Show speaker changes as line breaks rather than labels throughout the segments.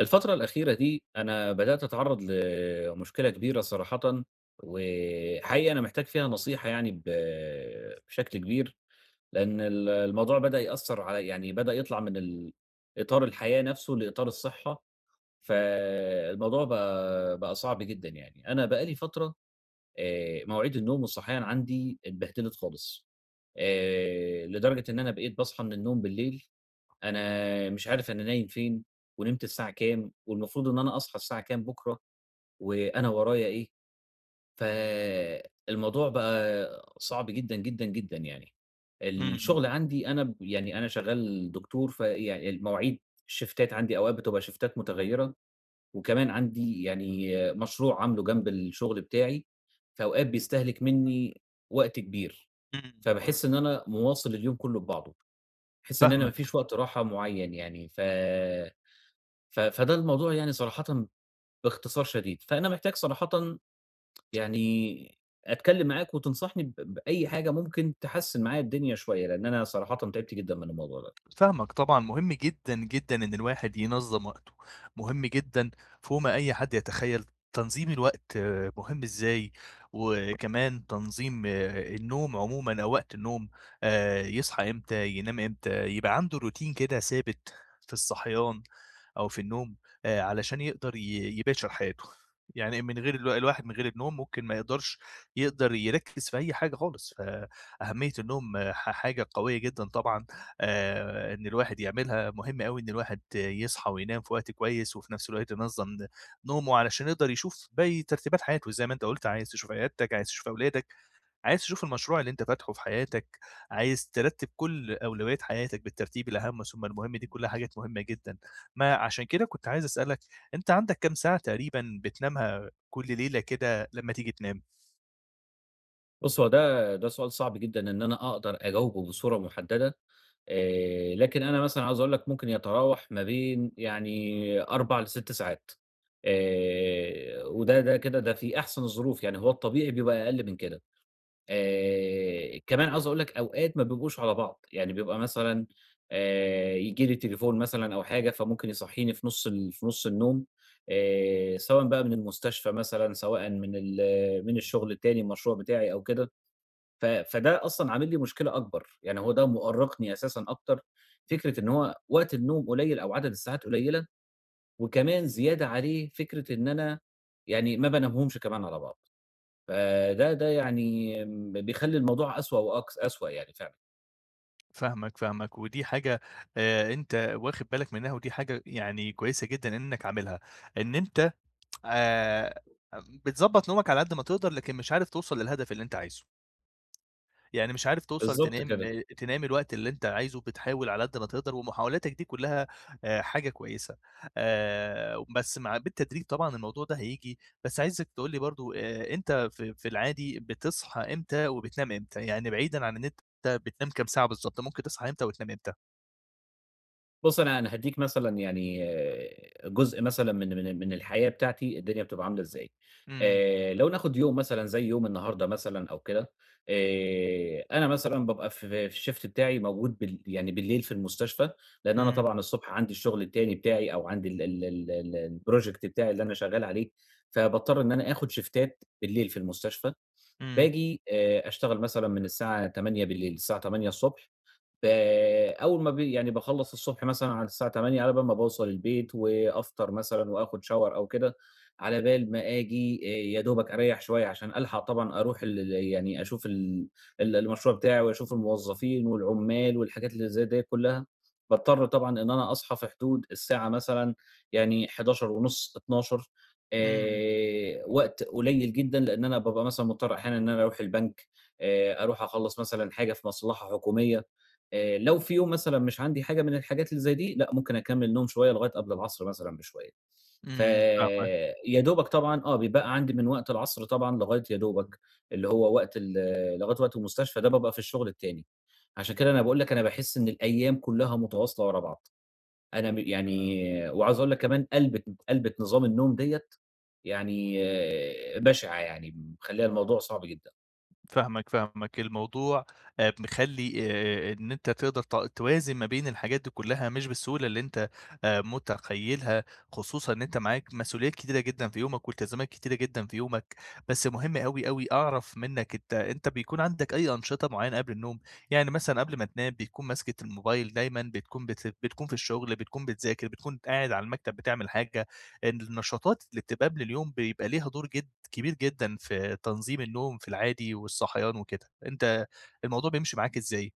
الفترة الأخيرة دي أنا بدأت أتعرّض لمشكلة كبيرة صراحةً، وحقيقي أنا محتاج فيها نصيحة يعني بشكل كبير، لأن الموضوع بدأ يأثّر عليّا، يعني بدأ يطلع من إطار الحياة نَفْسه لإطار الصحّة، فالموضوع بقى صعب جدًا يعني. أنا بقى لي فترة مواعيد النوم والصحيان عندي اتبهدلت خالص، لدرجة إن أنا بقيت باصحى من النوم بالليل أنا مش عارف أنا نايم فين، ونمت الساعة كام، والمفروض إن أنا أصحى الساعة كام بُكرة، وأنا ورايا إيه، فالموضوع بقى صعب جدًا، جدًا، جدًا يعني.
إمم،
الشغل عندي أنا ب يعني أنا شغّال دكتور فيعني المواعيد الشيفتات عندي أوقات بتبقى شيفتات متغيّرة، وكمان عندي يعني مشروع عامله جنب الشغل بتاعي، فأوقات بيستهلك منّي وقت كبير،
إمم،
فباحس إن أنا مواصل اليوم كلّه ببعضه، باحس إن أنا
فاهمك،
ما فيش وقت راحة معيّن يعني ف ف فده الموضوع يعني صراحةً باختصار شديد، فأنا محتاج صراحةً يعني أتكلّم معاك وتنصحني بأي حاجة ممكن تحسّن معايا الدنيا شوية، لإن أنا صراحةً تعبت جدًا من الموضوع ده.
فاهمك طبعًا، مهم جدًا، جدًا إن الواحد ينظّم وقته، مهم جدًا فوق ما أي حد يتخيّل، تنظيم الوقت مهم إزاي، وكمان تنظيم النوم عمومًا أو وقت النوم، يصحى إمتى، ينام إمتى، يبقى عنده روتين كده ثابت في الصحيان، أو في النوم علشان يقدر يباشر حياته. يعني من غير الواحد من غير النوم ممكن ما يقدرش يقدر يركّز في أي حاجة خالص، فأهمية النوم آه، ح حاجة قوية جدًا طبعًا، إن الواحد يعملها، مهم أوي إن الواحد يصحى وينام في وقت كويس وفي نفس الوقت ينظّم نومه علشان يقدر يشوف باقي ترتيبات حياته زي ما أنت قُلت، عايز تشوف عيادتك، عايز تشوف أولادك. عايز تشوف المشروع اللي أنت فاتحه في حياتك، عايز ترتّب كل أولويات حياتك بالترتيب الأهم ثم المهم، دي كلها حاجات مهمة جدًا. ما عشان كده كنت عايز أسألك، أنت عندك كام ساعة تقريبًا بتنامها كل ليلة كده لمّا تيجي تنام؟
بُص، هو ده سؤال صعب جدًا إن أنا أقدر أجاوبه بصورة محددة، لكن أنا مثلًا عاوز أقول لك ممكن يتراوح ما بين يعني 4 ل6 ساعات، وده ده كده ده في أحسن الظروف، يعني هو الطبيعي بيبقى أقل من كده. كمان عاوز أقول لك أوقات ما بيبقوش على بعض، يعني بيبقى مثلًا ييجي لي تليفون مثلًا أو حاجة، فممكن يصحّيني في نُص ال في نُص النوم سواء بقى من المستشفى مثلًا، سواء من الشغل التاني، المشروع بتاعي أو كده، ف فده أصلًا عامل لي مشكلة أكبر، يعني هو ده مؤرّقني أساسًا أكتر،
إمم.
فكرة إن هو وقت النوم قليل أو عدد الساعات قليلة، وكمان زيادة عليه فكرة إن أنا يعني ما بانامهمش كمان على بعض. فده يعني م بيخلّي الموضوع أسوأ يعني فعلًا.
فاهمك، فاهمك، ودي حاجة أنت واخد بالك منها، ودي حاجة يعني كويسة جدًا إنّك عاملها، إن أنت آآ بتضبّط نومك على قد ما تقدر، لكن مش عارف توصل للهدف اللي أنت عايزه. يعني مش عارف توصل
بالضبط
تنام
كده.
آآ تنام الوقت اللي أنت عايزه، بتحاول على قد ما تقدر، ومحاولاتك دي كلها حاجة كويسة. بس مع بالتدريج طبعًا الموضوع ده هييجي، بس عايزك تقول لي برضه، أنت في العادي بتصحى إمتى وبتنام إمتى؟ يعني بعيدًا عن إن أنت بتنام كام ساعة بالضبط، ممكن تصحى إمتى وتنام إمتى؟
بُص، أنا هادّيك مثلًا يعني جزء مثلًا من الحياة بتاعتي الدنيا بتبقى عاملة إزاي.
إمم،
لو ناخُد يوم مثلًا زي يوم النهارده مثلًا أو كده، أنا مثلًا بابقى في الshift بتاعي موجود بال يعني بالليل في المستشفى، لإن أنا
إمم،
طبعًا الصبح عندي الشغل التاني بتاعي أو عندي ال ال ال ال الproject بتاعي اللي أنا شغّال عليه، فباضطر إن أنا آخُد شيفتات بالليل في المستشفى
إمم،
باجي أشتغل مثلًا من الساعة 08:00 الساعة 08:00 ص. ب أول ما ب يعني باخلّص الصبح مثلًا على الساعة 08:00، على بال ما باوصل البيت وأفطر مثلًا وآخد shower أو كده، على بال ما آجي يا دوبك أريّح شوية عشان ألحق طبعًا أروح ال ال يعني أشوف ال ال المشروع بتاعي وأشوف الموظفين والعمّال والحاجات اللي زي ديّة كُلّها، باضطر طبعًا إن أنا أصحى في حدود الساعة مثلًا يعني 11:30، 12:00.
إمم،
وقت قليل جدًا لإن أنا بابقى مثلًا مضطر أحيانًا إن أنا أروح البنك، أروح أخلّص مثلًا حاجة في مصلحة حكومية. لو في يوم مثلًا مش عندي حاجة من الحاجات اللي زي دي، لأ ممكن أكمّل نوم شوية لغاية قبل العصر مثلًا بشوية.
إمم، فاهمك.
فيا دوبك طبعًا آه، بيبقى عندي من وقت العصر طبعًا لغاية يا دوبك اللي هو وقت ال آه، لغاية وقت المستشفى ده بابقى في الشغل التاني. عشان كده أنا باقول لك أنا باحس إن الأيام كلّها متواصلة ورا بعض. أنا م يعني وعاوز أقول لك كمان قلبِة نظام النوم ديّة يعني آه، بشعة يعني، مخلّية الموضوع صعب جدًا.
فاهمك، فاهمك، الموضوع مخلّي، إن أنت تقدر توازن ما بين الحاجات دي كلّها مش بالسهولة اللي أنت متخيّلها، خصوصًا إن أنت معاك مسؤوليات كتيرة جدًا في يومك والتزامات كتيرة جدًا في يومك، بس مهم أوي، أوي أعرف منّك، أنت بيكون عندك أي أنشطة معيّنة قبل النوم؟ يعني مثلًا قبل ما تنام بتكون ماسكة الموبايل دايمًا، بتكون بتكون في الشغل، بتكون بتذاكر، بتكون قاعد على المكتب بتعمل حاجة، النشاطات اللي بتبقى قبل اليوم بيبقى ليها دور جدًا كبير جدًا في تنظيم النوم في العادي والصحيان وكده، أنت الموضوع بيمشي معاك إزاي؟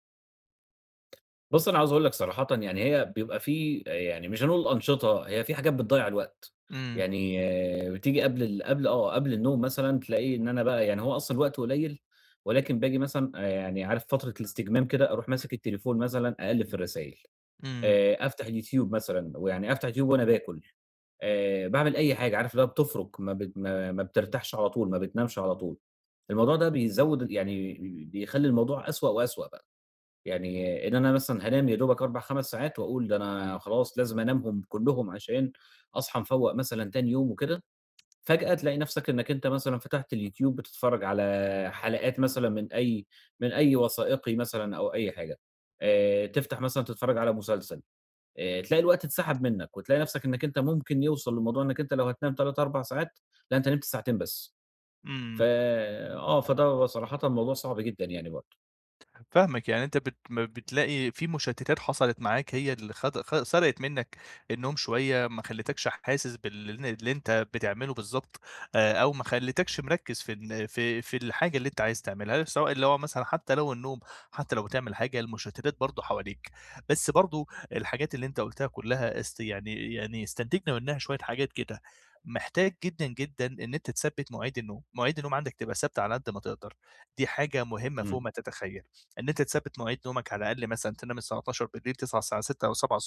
بُص، أنا عاوز أقول لك صراحةً يعني هي بيبقى في يعني مش هنقول أنشطة، هي في حاجات بتضيّع الوقت،
إمم،
يعني آه، بتيجي قبل آه، قبل النوم مثلًا تلاقي إن أنا بقى يعني هو أصلًا الوقت قليل، ولكن باجي مثلًا يعني عارف فترة الاستجمام كده أروح ماسك التليفون مثلًا أقلِّب في الرسايل،
إمم،
أفتح اليوتيوب مثلًا، ويعني أفتح اليوتيوب وأنا باكل، باعمل أي حاجة، عارف اللي هو بتفرُك ما بترتاحش على طول، ما بتنامش على طول، الموضوع ده بيزوّد يعني بيخلّي الموضوع أسوأ وأسوأ بقى. يعني إن أنا مثلًا هانام يا دوبك 4، 5 ساعات وأقول ده أنا خلاص لازم أنامهم كلّهم عشان أصحى مفوّق مثلًا تاني يوم وكده، فجأة تلاقي نَفْسك إنّك أنت مثلًا فتحت اليوتيوب بتتفرّج على حلقات مثلًا من أي وثائقي مثلًا أو أي حاجة، تفتح مثلًا تتفرّج على مسلسل، تلاقي الوقت اتسحب منّك وتلاقي نَفْسك إنّك أنت ممكن يوصل لموضوع إنّك أنت لو هتنام 3، 4 ساعات، لأ أنت نمت ساعتين بس. ف
إمم.
آه، فده صراحةً موضوع صعب جدًا يعني برضه.
فاهمك، يعني أنت ما بتلاقي في مشتتات حصلت معاك هي اللي خد خ سرقت منك النوم شوية، ما خلّتكش حاسس اللي أنت بتعمله بالضبط، أو ما خلّتكش مركّز في إن في الحاجة اللي أنت عايز تعملها، سواء اللي هو مثلًا حتى لو النوم، حتى لو بتعمل حاجة، المشتتات برضه حواليك، بس برضه الحاجات اللي أنت قُلتها كلها است يعني يعني استنتجنا منها شوية حاجات كده، محتاج جدًا، جدًا إن أنت تثبّت مواعيد النوم، مواعيد النوم عندك تبقى ثابتة على قد ما تقدر، دي حاجة مهمة فوق
إمم.
ما تتخيل. إن أنت تثبّت مواعيد نومك على الأقل مثلًا تنام الساعة 00:00 بالليل، تصحى الساعة 06:00 أو 07:00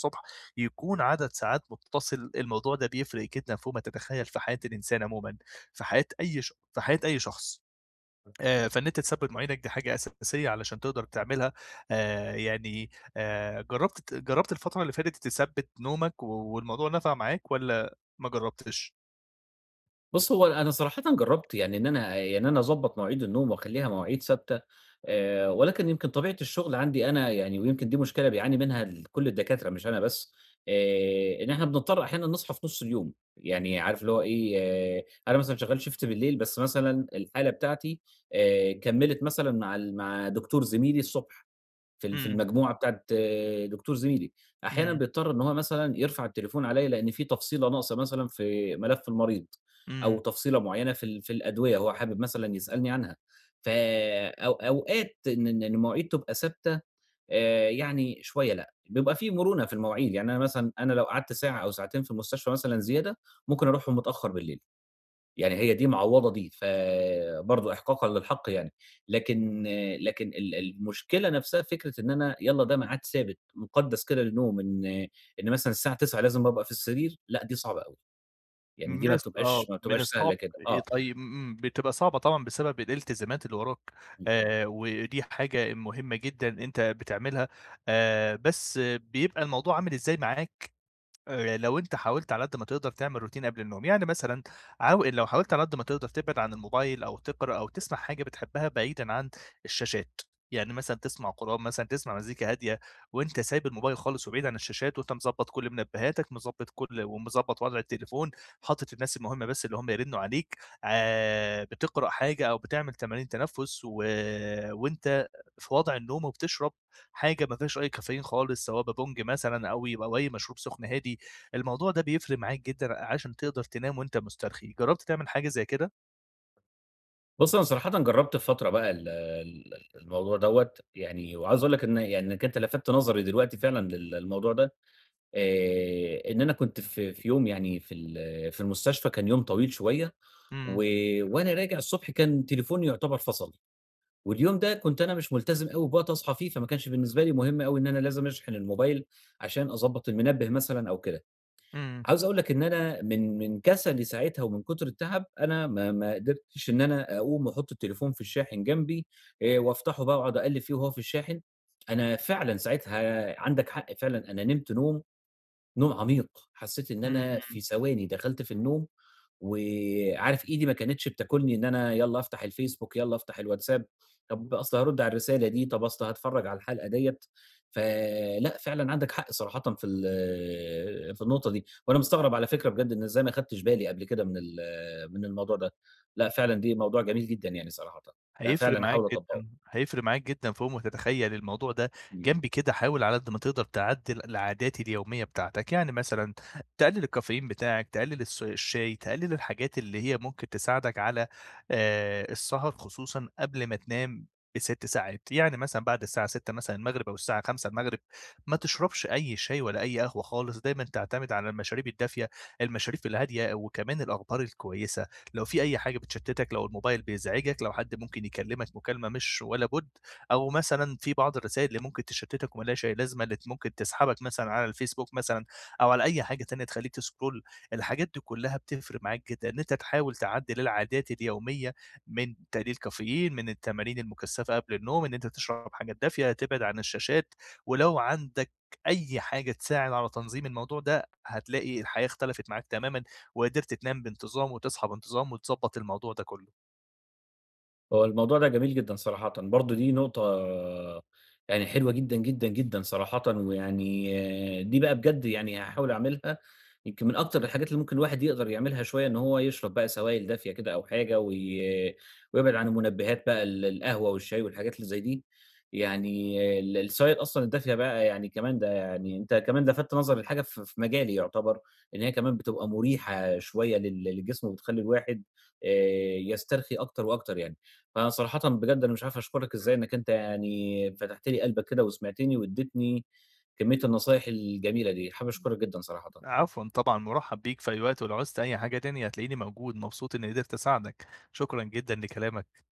يكون عدد ساعات متصل، الموضوع ده بيفرق جدًا فوق ما تتخيّل في حياة الإنسان عمومًا، في حياة أي ش في حياة أي شخص. فإن أنت تثبّت مواعيدك دي حاجة أساسية علشان تقدر تعملها، يعني جرّبت الفترة اللي فاتت تثبّت نومك والموضوع نفع معاك والّا ما جرّبتش؟
بُص، هو أنا صراحةً جرّبت يعني إن أنا يعني أنا أضبّط مواعيد النوم وأخلّيها مواعيد ثابتة، ولكن يمكن طبيعة الشغل عندي أنا يعني ويمكن دي مشكلة بيعاني منها كل الدكاترة مش أنا بس، إن إحنا بنضطر أحيانًا نصحى في نُص اليوم، يعني عارف اللي هو إيه، أنا مثلًا شغّال shift بالليل بس مثلًا الحالة بتاعتي كمّلت مثلًا مع دكتور زميلي الصبح. في
إمم،
المجموعة بتاعة دكتور زميلي، أحيانًا
إمم،
بيضطر إن هو مثلًا يرفع التليفون عليَّ لإن في تفصيلة ناقصة مثلًا في ملف المريض، أو
إمم.
تفصيلة معينة في الأدوية هو حابب مثلًا يسألني عنها، ف أو أوقات إن المواعيد تبقى ثابتة يعني شوية لأ، بيبقى في مرونة في المواعيد، يعني أنا مثلًا أنا لو قعدت ساعة أو ساعتين في المستشفى مثلًا زيادة، ممكن أروحهم متأخر بالليل. يعني هي دي معوّضة دي، فبرضه إحقاقًا للحق يعني، لكن لكن المشكلة نفسها فكرة إن أنا يالّا ده ميعاد ثابت مُقدَّس كده للنوم، إن إن مثلًا الساعة 21:00 لازم أبقى في السرير، لأ دي صعبة أوي، يعني دي ما
ناس
بتبقاش ما
من
بتبقاش سهلة
الصعب،
كده، آه.
طيب، إمم، بتبقى صعبة طبعًا بسبب الالتزامات اللي وراك،
إمم.
ودي حاجة مهمة جدًا أنت بتعملها، بس بيبقى الموضوع عامل إزاي معاك؟ لو أنت حاولت على قد ما تقدر تعمل روتين قبل النوم، يعني مثلًا لو حاولت على قد ما تقدر تبعد عن الموبايل أو تقرا أو تسمع حاجة بتحبها بعيدًا عن الشاشات، يعني مثلًا تسمع قرآن مثلًا، تسمع مزيكا هادية وأنت سايب الموبايل خالص وبعيد عن الشاشات وأنت مضبط كل منبهاتك، مضبط كل ومضبط وضع التليفون، حاطط الناس المهمة بس اللي هم يرنوا عليك، بتقرا حاجة أو بتعمل تمارين تنفس وأنت في وضع النوم وبتشرب حاجة ما فيهاش أي كافيين خالص، سواء بابونج مثلًا أو يبقى أو أي مشروب سُخن هادي. الموضوع ده بيفرق معاك جدًا عشان تقدر تنام وأنت مسترخي، جرّبت تعمل حاجة زي كده؟
بُص أنا صراحةً جرّبت في فترة بقى ال ال الموضوع دوّة، يعني وعاوز أقول لك إن يعني إنك أنت لفتت نظري دلوقتي فعلًا للموضوع ده، إن أنا كنت في يوم يعني في المستشفى كان يوم طويل شوية، و
إمم،
وأنا راجع الصبح كان تليفوني يعتبر فصل، واليوم ده كنت أنا مش ملتزم أوي بوقت أصحى فيه، فما كانش بالنسبة لي مهم أوي إن أنا لازم أشحن الموبايل عشان أضبّط المنبه مثلًا أو كده.
إمم،
عاوز أقول لك إن أنا من كسلي ساعتها ومن كتر التعب، أنا ما قدرتش إن أنا أقوم وأحط التليفون في الشاحن جنبي وأفتحه بقى وأقعد أقلّب فيه وهو في الشاحن. أنا فعلًا ساعتها عندك حق فعلًا أنا نمت نوم عميق، حسيت إن
إمم،
أنا في
إمم.
ثواني دخلت في النوم، وعارف إيدي ما كانتش بتاكلني إن أنا يالّا أفتح الفيسبوك، يالّا أفتح الواتساب، طب أصل هارُد على الرسالة دي، طب أصل هاتفرّج على الحلقة ديّة، فلأ فعلًا عندك حق صراحةً في النقطة دي، وأنا مستغرب على فكرة بجد إن إزاي ما خدتش بالي قبل كده من الموضوع ده، لأ فعلًا دي موضوع جميل جدًا يعني صراحةً، لأ
هيفرق
فعلًا
معاك
هاحاول أطبّقه.
جدًا، هيفرق معاك جدًا فوق ما تتخيّل الموضوع ده،
إمم.
جنب كده حاول على قد ما تقدر تعدّل العادات اليومية بتاعتك، يعني مثلًا تقلل الكافيين بتاعك، تقلل الشاي، تقلل الحاجات اللي هي ممكن تساعدك على السهر خصوصًا قبل ما تنام ب6 ساعات، يعني مثلًا بعد الساعة 18:00 مثلًا المغرب أو الساعة 17:00 المغرب ما تشربش أي شاي ولا أي قهوة خالص، دايمًا تعتمد على المشاريب الدافية، المشاريب الهادية وكمان الأخبار الكويسة. لو في أي حاجة بتشتتك، لو الموبايل بيزعجك، لو حد ممكن يكلمك مكالمة مش ولا بُد، أو مثلًا في بعض الرسايل اللي ممكن تشتتك وما لهاش أي لازمة، اللي ممكن تسحبك مثلًا على الفيسبوك مثلًا أو على أي حاجة تانية تخلّيك تسكرول، الحاجات دي كلها بتفرق معاك جدًا، إن أنت تحاول تعدّل العادات اليومية من تقليل كافيين، من التمارين المكثفة قبل النوم، إن أنت تشرب حاجات دافية، تبعد عن الشاشات، ولو عندك أي حاجة تساعد على تنظيم الموضوع ده، هتلاقي الحياة اختلفت معاك تمامًا وقدرت تنام بانتظام وتصحى بانتظام وتضبّط الموضوع ده كُلّه.
هو الموضوع ده جميل جدًا صراحةً، برضه دي نقطة يعني حلوة جدًا، جدًا، جدًا صراحةً، ويعني آه، دي بقى بجد يعني هاحاول أعملها، يمكن من أكتر الحاجات اللي ممكن الواحد يقدر يعملها شوية إن هو يشرب بقى سوائل دافية كده أو حاجة وي ويبعد عن المنبهات بقى القهوة والشاي والحاجات اللي زي دي، يعني السوائل أصلًا الدافية بقى يعني كمان ده يعني أنت كمان لفتت نظري لحاجة ف في مجالي يعتبر، إن هي كمان بتبقى مُريحة شوية للجسم وبتخلّي الواحد آآ يسترخي أكتر وأكتر يعني. فأنا صراحةً بجد أنا مش عارف أشكرك إزاي إنك أنت يعني فتحت لي قلبك كده وسمعتني واديتني كمية النصايح الجميلة دي، حابب أشكرك جدًا صراحةً.
عفوًا طبعًا، مُرحّب بيك في أي وقت، ولو عوزت أي حاجة تاني هتلاقيني موجود، مبسوط إنّي قدرت أساعدك. شكرًا جدًا لكلامك.